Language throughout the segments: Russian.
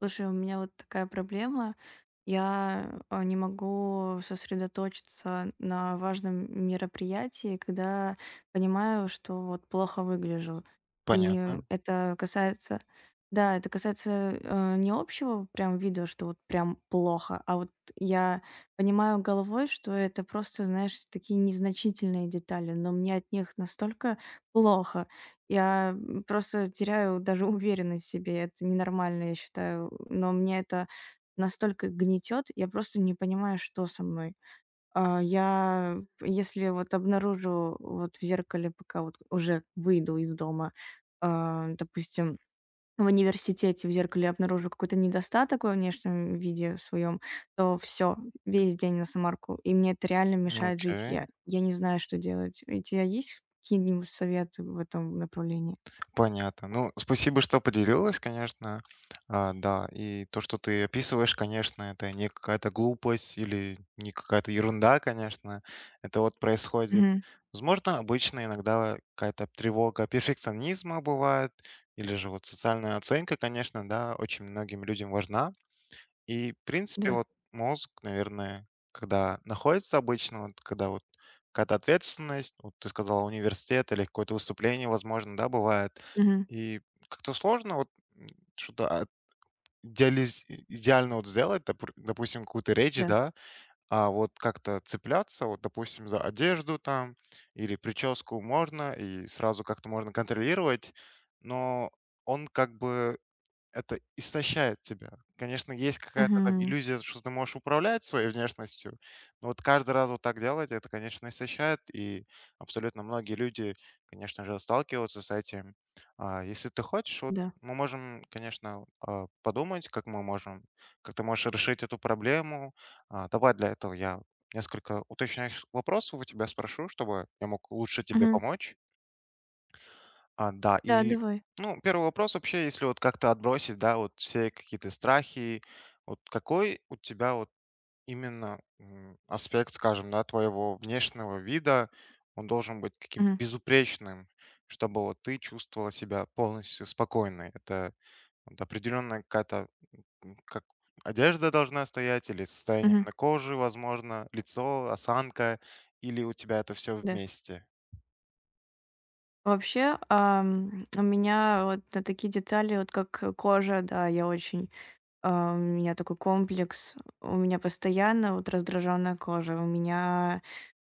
Слушай, у меня вот такая проблема. Я не могу сосредоточиться на важном мероприятии, когда понимаю, что вот плохо выгляжу. И Понятно. это касается, да, это касается не общего прям вида, что вот прям плохо, а вот я понимаю головой, что это просто, знаешь, такие незначительные детали, но мне от них настолько плохо, я, просто теряю даже уверенность в себе. Это ненормально, я считаю. Но мне это настолько гнетет, я просто не понимаю, что со мной. Если вот обнаружу вот в зеркале, пока вот уже выйду из дома, допустим, в университете в зеркале обнаружу какой-то недостаток во внешнем виде своем, то все, весь день на самарку. И мне это реально Ну, мешает жить. окей. Я не знаю, что делать. У тебя есть какие-нибудь советы в этом направлении? Понятно. Ну, спасибо, что поделилась, конечно. Да, и то, что ты описываешь, конечно, это не какая-то глупость или не какая-то ерунда, конечно. Это вот происходит. Мгм. Возможно, обычно иногда какая-то тревога перфекционизма бывает, или же вот социальная оценка, конечно, да, очень многим людям важна. И, в принципе, Да. вот мозг, наверное, когда находится обычно, вот когда вот какая-то ответственность, вот ты сказала, университет или какое-то выступление, возможно, да, бывает. Мгм. И как-то сложно вот м, что-то идеально вот сделать, допустим, какую-то речь, Да. да, а вот как-то цепляться, вот, допустим, за одежду там или прическу можно, и сразу как-то можно контролировать, но он как бы это истощает тебя. Конечно, есть какая-то там Мгм. иллюзия, что ты можешь управлять своей внешностью, но вот каждый раз вот так делать, это, конечно, истощает, и абсолютно многие люди, конечно же, сталкиваются с этим. Если ты хочешь, вот Да. мы можем, конечно, подумать, как мы можем, как ты можешь решить эту проблему. Давай для этого я несколько уточняющих вопросов у тебя спрошу, чтобы я мог лучше тебе Мгм. помочь. Да, Да, и, давай. ну, первый вопрос вообще, если вот как-то отбросить, да, вот все какие-то страхи, вот какой у тебя вот именно аспект, скажем, да, твоего внешнего вида, он должен быть каким-то Мгм. безупречным, чтобы вот ты чувствовала себя полностью спокойной. Это вот определенная какая-то, как одежда должна стоять, или состояние Мгм. на кожи, возможно, лицо, осанка, или у тебя это все Да. вместе. Вообще, у меня вот на такие детали, вот как, кожа, да, у меня такой комплекс. У меня постоянно вот раздраженная кожа. У меня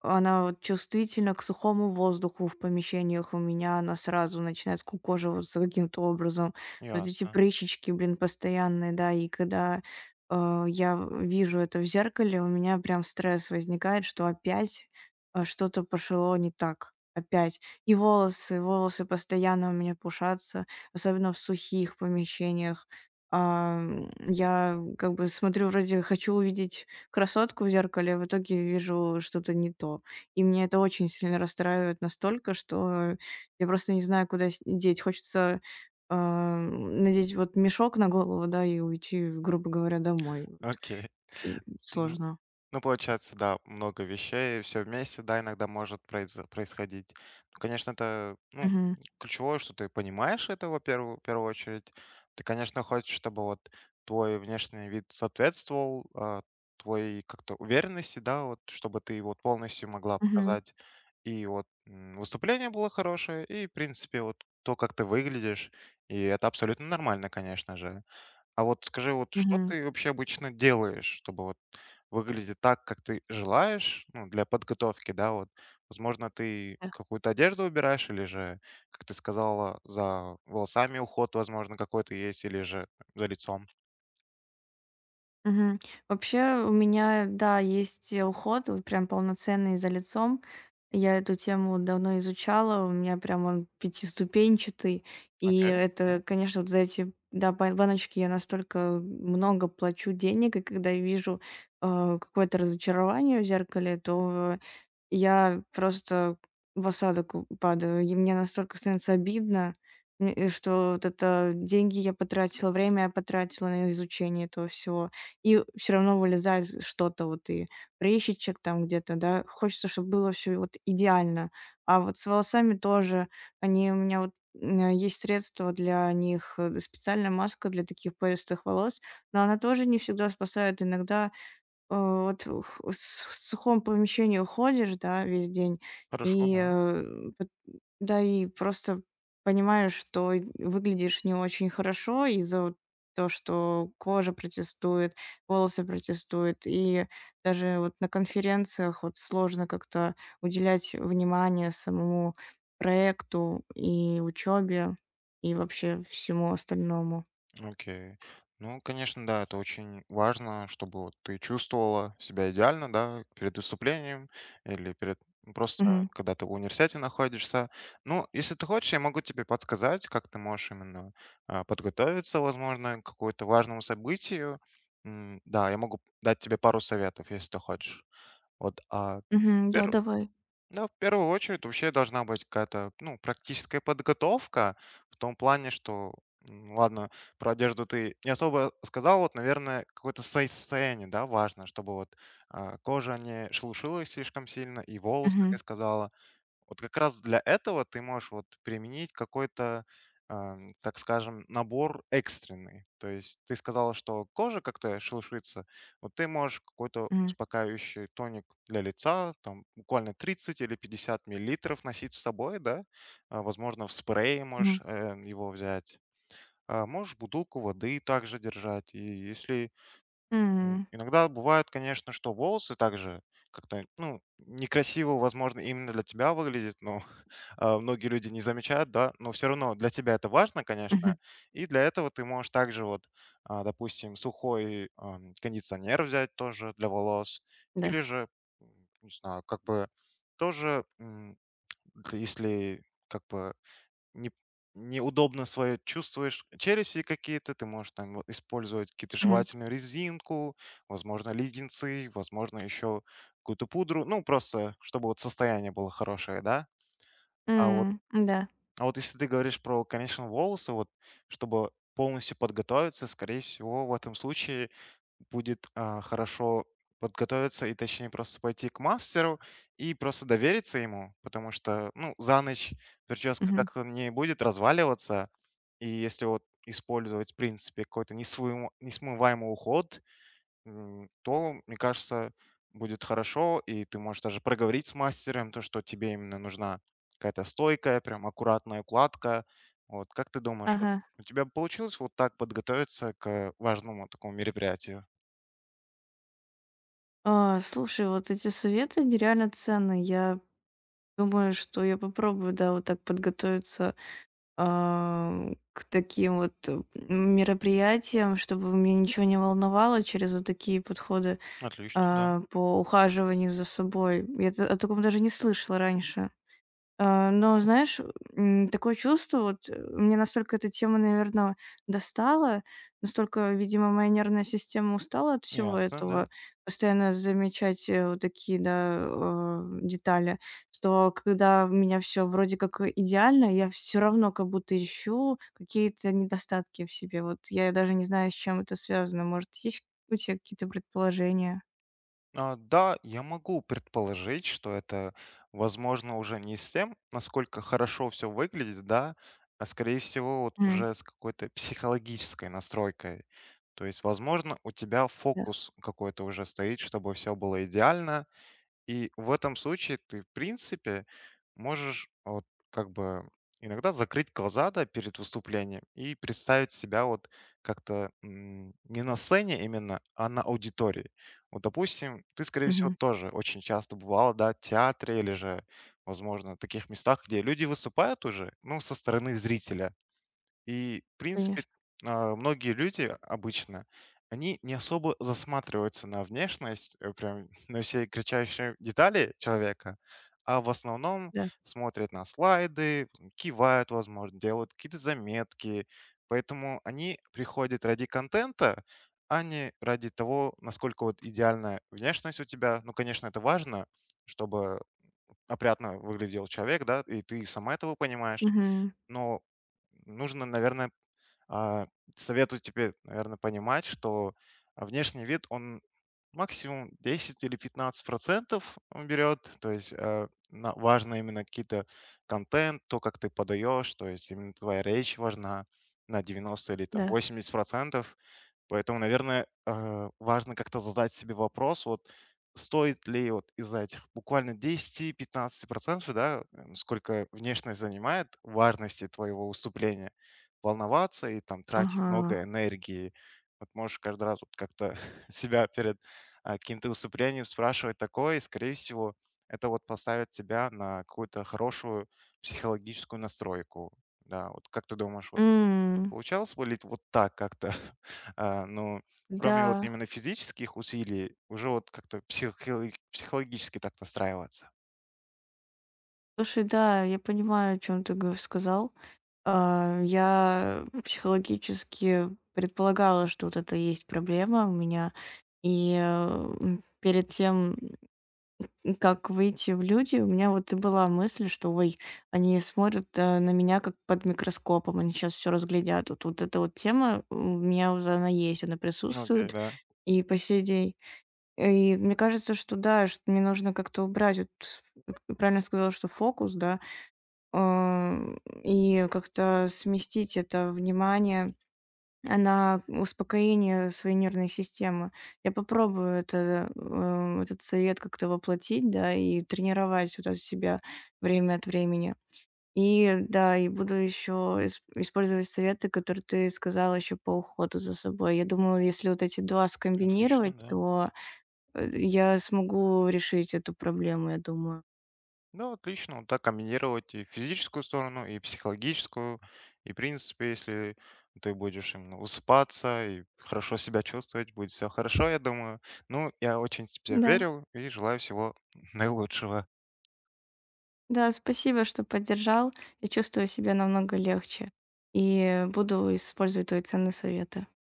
Она вот чувствительна к сухому воздуху в помещениях у меня, она сразу начинает скукоживаться каким-то образом. Вот эти Ясно. прыщички, блин, постоянные, да, и когда, я вижу это в зеркале, у меня прям стресс возникает, что опять, что-то пошло не так. Опять. И волосы постоянно у меня пушатся, особенно в сухих помещениях. Я как бы смотрю, вроде хочу увидеть красотку в зеркале, в итоге вижу что-то не то. И меня это очень сильно расстраивает настолько, что я просто не знаю, куда деть. Хочется надеть вот мешок на голову, да, и уйти, грубо говоря, домой. Вот. Окей. И сложно. Ну, получается, да, много вещей, все вместе, да, иногда может происходить. Ну, конечно, это, ну, Мгм. ключевое, что ты понимаешь это, во-первых, в первую очередь. Ты, конечно, хочешь, чтобы вот твой внешний вид соответствовал твоей как-то уверенности, да, вот, чтобы ты вот полностью могла Мгм. показать. И вот выступление было хорошее, и, в принципе, вот то, как ты выглядишь, и это абсолютно нормально, конечно же. А вот скажи, вот что Мгм. ты вообще обычно делаешь, чтобы вот выглядеть так, как ты желаешь, ну, для подготовки, да, вот. Возможно, ты какую-то одежду выбираешь или же, как ты сказала, за волосами уход, возможно, какой-то есть, или же за лицом. Мгм. Вообще у меня, да, есть уход, вот прям полноценный за лицом. Я эту тему вот давно изучала, у меня прям он пятиступенчатый. И Окей, да, это, конечно, вот за эти да, баночки я настолько много плачу денег, и когда я вижу какое-то разочарование в зеркале, то я просто в осадок у падаю, и мне настолько становится обидно, что вот это деньги я потратила, время я потратила на изучение этого всего, и все равно вылезает что-то, вот и прыщичек там где-то, да. Хочется, чтобы было все вот идеально. А вот с волосами тоже, они у меня вот есть средства для них, специальная маска для таких пористых волос, но она тоже не всегда спасает. Иногда вот в сухом помещении ходишь, да, весь день, хорошо, и, да. э, пот да, и просто понимаешь, что и выглядишь не очень хорошо из-за вот то, что кожа протестует, волосы протестуют, и даже вот на конференциях вот сложно как-то уделять внимание самому проекту и учебе и вообще всему остальному. Окей. Ну, конечно, да, это очень важно, чтобы вот ты чувствовала себя идеально, да, перед выступлением или перед ну, просто Мгм. когда ты в университете находишься. Ну, если ты хочешь, я могу тебе подсказать, как ты можешь именно подготовиться, возможно, к какому-то важному событию. Да, я могу дать тебе пару советов, если ты хочешь. Вот Мгм. Да, давай. да, в первую очередь вообще должна быть какая-то, ну, практическая подготовка в том плане, что, ладно, про одежду ты не особо сказал, вот, наверное, какое-то состояние, да, важно, чтобы вот кожа не шелушилась слишком сильно, и волосы, ты Мгм. сказала, вот как раз для этого ты можешь вот применить какой-то, так скажем, набор экстренный. То есть ты сказала, что кожа как-то шелушится. Вот ты можешь какой-то Мгм. успокаивающий тоник для лица, там буквально 30 или 50 мл носить с собой, да? Возможно, в спрее Мгм. можешь его взять. Можешь бутылку воды также держать. И если М. иногда бывает, конечно, что волосы также как-то, ну, некрасиво, возможно, именно для тебя выглядит, но многие люди не замечают, да, но все равно для тебя это важно, конечно, Мгм. и для этого ты можешь также вот, допустим, сухой кондиционер взять тоже для волос, Да. или же, не знаю, как бы тоже, если как бы не, неудобно свое чувствуешь челюсти какие-то, ты можешь там вот использовать какие-то Мгм. жевательную резинку, возможно, леденцы, возможно, еще какую-то пудру, ну, просто чтобы вот состояние было хорошее, да, а вот М, да. а вот если ты говоришь про, конечно, волосы, вот чтобы полностью подготовиться, скорее всего, в этом случае будет хорошо подготовиться и точнее просто пойти к мастеру и просто довериться ему, потому что, ну, за ночь прическа Мгм. как-то не будет разваливаться, и если вот использовать, в принципе, какой-то несмываемый уход, то, мне кажется, будет хорошо, и ты можешь даже проговорить с мастером то, что тебе именно нужна какая-то стойкая, прям аккуратная укладка. Вот, как ты думаешь, вот Ага. у тебя получилось вот так подготовиться к важному такому мероприятию? Слушай, вот эти советы нереально ценные. Я думаю, что я попробую, да, вот так подготовиться, к таким вот, мероприятиям, чтобы меня ничего не волновало через вот такие подходы, Отлично, да. По ухаживанию за собой. Я т о таком даже не слышала раньше. Но знаешь, такое чувство, вот, меня настолько эта тема, наверное, достала, настолько, видимо, моя нервная система устала от всего Ясно, да. этого, постоянно замечать, вот такие, да, детали, что когда у меня все вроде как идеально, я все равно как будто ищу какие-то недостатки в себе. Вот я даже не знаю, с чем это связано. Может, есть у тебя какие-то предположения? Да, я могу предположить, что это, возможно, уже не с тем, насколько хорошо все выглядит, да, а скорее всего вот М, уже с какой-то психологической настройкой. То есть, возможно, у тебя да. фокус какой-то уже стоит, чтобы все было идеально, и в этом случае ты, в принципе, можешь вот как бы иногда закрыть глаза да, перед выступлением и представить себя вот как-то не на сцене именно, а на аудитории. Вот, допустим, ты, скорее всего, Мгм. тоже очень часто бывала, да, в театре или же, возможно, в таких местах, где люди выступают уже, ну, со стороны зрителя. И, в принципе, Конечно. Многие люди обычно, они не особо засматриваются на внешность, прям на все кричащие детали человека, а в основном Да. смотрят на слайды, кивают, возможно, делают какие-то заметки. Поэтому они приходят ради контента, а не ради того, насколько вот идеальная внешность у тебя. Ну, конечно, это важно, чтобы опрятно выглядел человек, да, и ты сама этого понимаешь. Мгм. Но нужно, наверное, а, советую тебе, наверное, понимать, что внешний вид, он максимум 10 или 15% он берет. То есть важно именно какие-то контент, то, как ты подаешь, то есть именно твоя речь важна на 90 или там Да. 80%. Поэтому, наверное, важно как-то задать себе вопрос, вот стоит ли вот из-за этих буквально 10-15%, да, сколько внешность занимает важности твоего выступления, волноваться и там тратить Ага. много энергии. Вот можешь каждый раз вот как-то себя перед каким-то выступлением спрашивать такое, и, скорее всего, это вот поставит тебя на какую-то хорошую психологическую настройку. Да, вот как ты думаешь. М, Получалось валить вот так как-то. Ну, кроме вот да. именно физических усилий, уже вот как-то психологически так настраиваться. Слушай, да, я понимаю, о чем ты гов сказал. Я психологически предполагала, что вот это и есть проблема у меня. И, перед тем, как выйти в люди, у меня вот и была мысль, что: «Ой, они смотрят, на меня как под микроскопом, они сейчас все разглядят». Вот эта вот тема у меня уже она есть, она Ну, окей, присутствует да. и по сей день. И мне кажется, что да, что мне нужно как-то убрать, вот ты правильно сказала, что фокус, да, эм, и как-то сместить это внимание на успокоение своей нервной системы. Я попробую это, этот совет как-то воплотить, да, и тренировать вот от себя время от времени. И да, и буду еще использовать советы, которые ты сказала еще по уходу за собой. Я думаю, если вот эти два Отлично, скомбинировать, да. то я смогу решить эту проблему, я думаю. Ну, отлично. Вот так комбинировать и физическую сторону, и психологическую. И, в принципе, если ты будешь именно усыпаться и хорошо себя чувствовать, будет все хорошо, я думаю. Ну, я очень в тебя Да, верю и желаю всего наилучшего. да, спасибо, что поддержал. Я чувствую себя намного легче и буду использовать твои ценные советы.